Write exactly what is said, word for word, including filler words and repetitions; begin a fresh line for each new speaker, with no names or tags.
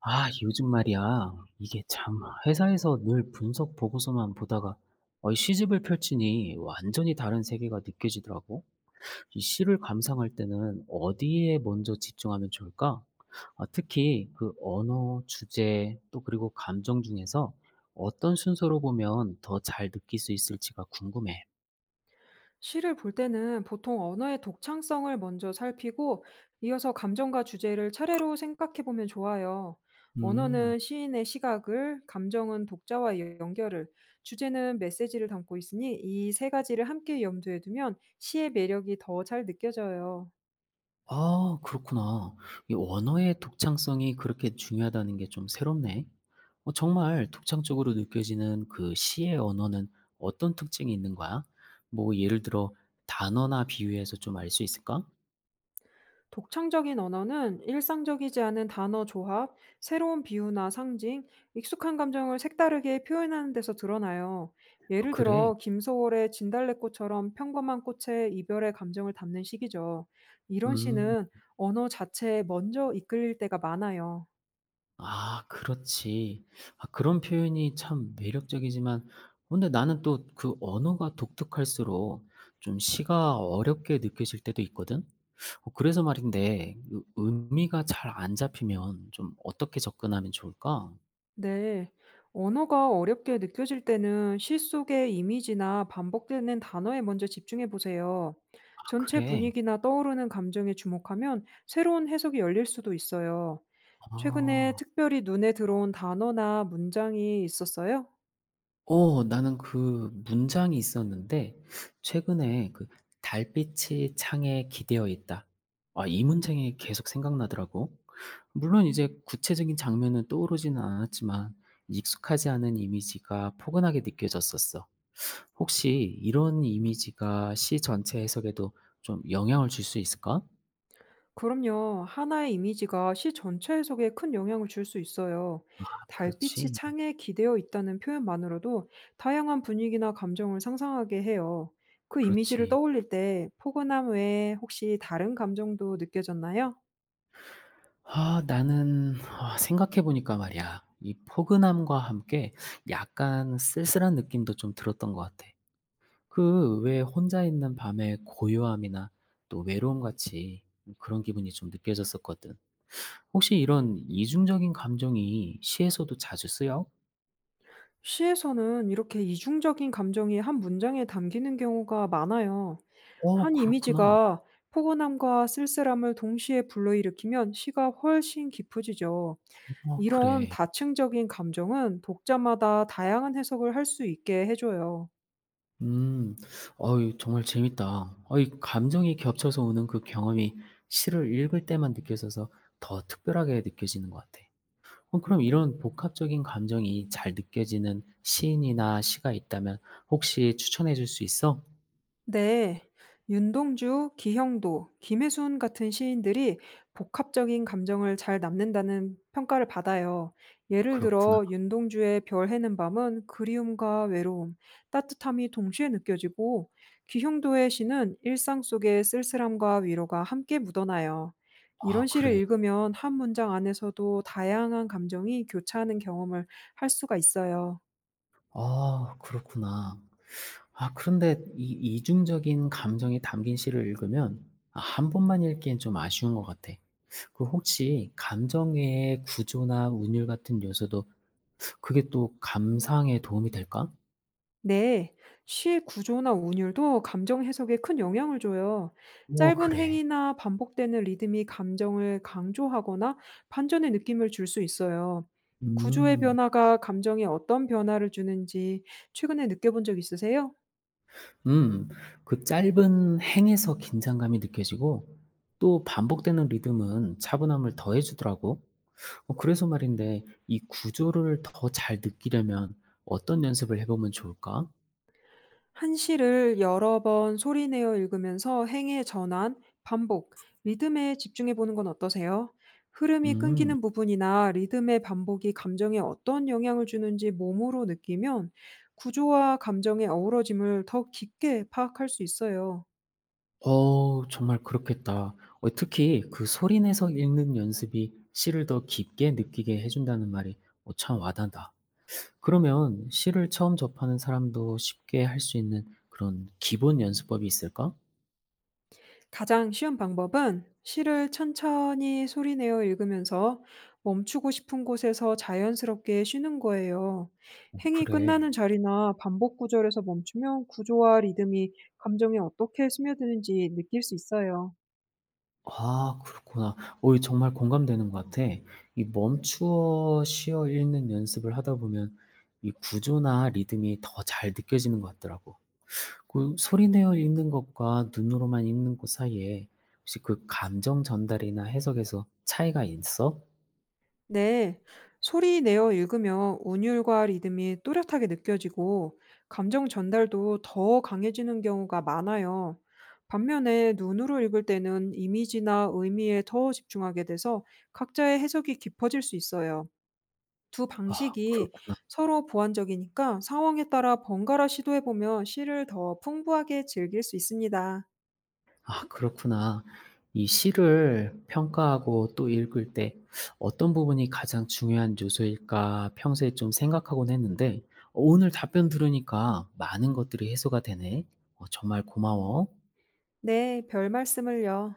아, 요즘 말이야. 이게 참, 회사에서 늘 분석 보고서만 보다가 어, 이 시집을 펼치니 완전히 다른 세계가 느껴지더라고. 이 시를 감상할 때는 어디에 먼저 집중하면 좋을까? 아, 특히 그 언어, 주제, 또 그리고 감정 중에서 어떤 순서로 보면 더 잘 느낄 수 있을지가 궁금해.
시를 볼 때는 보통 언어의 독창성을 먼저 살피고 이어서 감정과 주제를 차례로 생각해 보면 좋아요.
음.
언어는 시인의 시각을, 감정은 독자와의 연결을, 주제는 메시지를 담고 있으니 이 세 가지를 함께 염두에 두면 시의 매력이 더 잘 느껴져요.
아, 그렇구나. 이 언어의 독창성이 그렇게 중요하다는 게 좀 새롭네. 어 정말 독창적으로 느껴지는 그 시의 언어는 어떤 특징이 있는 거야? 뭐 예를 들어 단어나 비유해서 좀 알 수 있을까?
독창적인 언어는 일상적이지 않은 단어 조합, 새로운 비유나 상징, 익숙한 감정을 색다르게 표현하는 데서 드러나요.
아,
예를
그래?
들어, 김소월의 진달래꽃처럼 평범한 꽃의 이별의 감정을 담는 시이죠. 이런
음.
시는 언어 자체에 먼저 이끌릴 때가 많아요.
아, 그렇지. 아, 그런 표현이 참 매력적이지만 어, 근데 나는 또 그 언어가 독특할수록 좀 시가 어렵게 느껴질 때도 있거든. 어 그래서 말인데 그 의미가 잘 안 잡히면 좀 어떻게 접근하면 좋을까?
네. 언어가 어렵게 느껴질 때는 실 속의 이미지나 반복되는 단어에 먼저 집중해 보세요.
아,
전체
그래.
분위기나 떠오르는 감정에 주목하면 새로운 해석이 열릴 수도 있어요. 최근에
아.
특별히 눈에 들어온 단어나 문장이 있었어요?
어 나는 그 문장이 있었는데 최근에 그 "달빛이 창에 기대어 있다." 아, 이 문장이 계속 생각나더라고. 물론 이제 구체적인 장면은 떠오르지는 않았지만 익숙하지 않은 이미지가 포근하게 느껴졌었어. 혹시 이런 이미지가 시 전체 해석에도 좀 영향을 줄 수 있을까?
그럼요. 하나의 이미지가 시 전체 해석에 큰 영향을 줄 수 있어요.
아,
달빛이
그렇지.
창에 기대어 있다는 표현만으로도 다양한 분위기나 감정을 상상하게 해요. 그 이미지를
그렇지.
떠올릴 때 포근함 외에 혹시 다른 감정도 느껴졌나요?
아, 나는, 아, 생각해 보니까 말이야. 이 포근함과 함께 약간 쓸쓸한 느낌도 좀 들었던 것 같아. 그 왜 혼자 있는 밤의 고요함이나 또 외로움 같이 그런 기분이 좀 느껴졌었거든. 혹시 이런 이중적인 감정이 시에서도 자주 쓰여?
시에서는 이렇게 이중적인 감정이 한 문장에 담기는 경우가 많아요.
어,
한
그렇구나.
이미지가 포근함과 쓸쓸함을 동시에 불러일으키면 시가 훨씬 깊어지죠.
어,
이런
그래.
다층적인 감정은 독자마다 다양한 해석을 할 수 있게 해 줘요.
음. 어이, 정말 재밌다. 어이, 감정이 겹쳐서 오는 그 경험이 시를 읽을 때만 느껴져서 더 특별하게 느껴지는 것 같아. 어 그럼 이런 복합적인 감정이 잘 느껴지는 시인이나 시가 있다면 혹시 추천해 줄 수 있어?
네, 윤동주, 기형도, 김혜순 같은 시인들이 복합적인 감정을 잘 남는다는 평가를 받아요. 예를
그렇구나.
들어, 윤동주의 별 해는 밤은 그리움과 외로움, 따뜻함이 동시에 느껴지고, 기형도의 시는 일상 속의 쓸쓸함과 위로가 함께 묻어나요.
아,
이런 시를
그래.
읽으면 한 문장 안에서도 다양한 감정이 교차하는 경험을 할 수가 있어요.
아, 그렇구나. 아, 그런데 이 이중적인 감정이 담긴 시를 읽으면 아, 한 번만 읽기엔 좀 아쉬운 것 같아. 그 혹시 감정의 구조나 운율 같은 요소도 그게 또 감상에 도움이 될까?
네, 시의 구조나 운율도 감정 해석에 큰 영향을 줘요.
어,
짧은
그래.
행이나 반복되는 리듬이 감정을 강조하거나 반전의 느낌을 줄 수 있어요. 구조의
음.
변화가 감정에 어떤 변화를 주는지 최근에 느껴본 적 있으세요?
음. 그 짧은 행에서 긴장감이 느껴지고 또 반복되는 리듬은 차분함을 더해 주더라고. 어 그래서 말인데 이 구조를 더 잘 느끼려면 어떤 연습을 해 보면 좋을까?
한시를 여러 번 소리내어 읽으면서 행의 전환, 반복, 리듬에 집중해 보는 건 어떠세요? 흐름이
음.
끊기는 부분이나 리듬의 반복이 감정에 어떤 영향을 주는지 몸으로 느끼면 구조와 감정의 어우러짐을 더 깊게 파악할 수 있어요.
어, 정말 그렇겠다. 어 특히 그 소리 내서 읽는 연습이 시를 더 깊게 느끼게 해 준다는 말이 어 참 와닿다. 그러면 시를 처음 접하는 사람도 쉽게 할 수 있는 그런 기본 연습법이 있을까? 어
가장 쉬운 방법은 시를 천천히 소리내어 읽으면서 멈추고 싶은 곳에서 자연스럽게 쉬는 거예요. 행이
그래.
끝나는 자리나 반복 구절에서 멈추면 구조와 리듬이 감정에 어떻게 스며드는지 느낄 수 있어요.
아, 그렇구나. 어 이 정말 공감되는 것 같아. 이 멈추어 쉬어 읽는 연습을 하다 보면 이 구조나 리듬이 더 잘 느껴지는 것 같더라고. 그 소리 내어 읽는 것과 눈으로만 읽는 것 사이에 혹시 그 감정 전달이나 해석에서 차이가 있어?
네, 소리 내어 읽으면 운율과 리듬이 또렷하게 느껴지고 감정 전달도 더 강해지는 경우가 많아요. 반면에 눈으로 읽을 때는 이미지나 의미에 더 집중하게 돼서 각자의 해석이 깊어질 수 있어요. 두
아,
방식이
그렇구나.
서로 보완적이니까 상황에 따라 번갈아 시도해보면 시를 더 풍부하게 즐길 수 있습니다.
아, 그렇구나. 이 시를 평가하고 또 읽을 때 어떤 부분이 가장 중요한 요소일까 평소에 좀 생각하곤 했는데 어 오늘 답변 들으니까 많은 것들이 해소가 되네. 어 정말 고마워.
네, 별 말씀을요.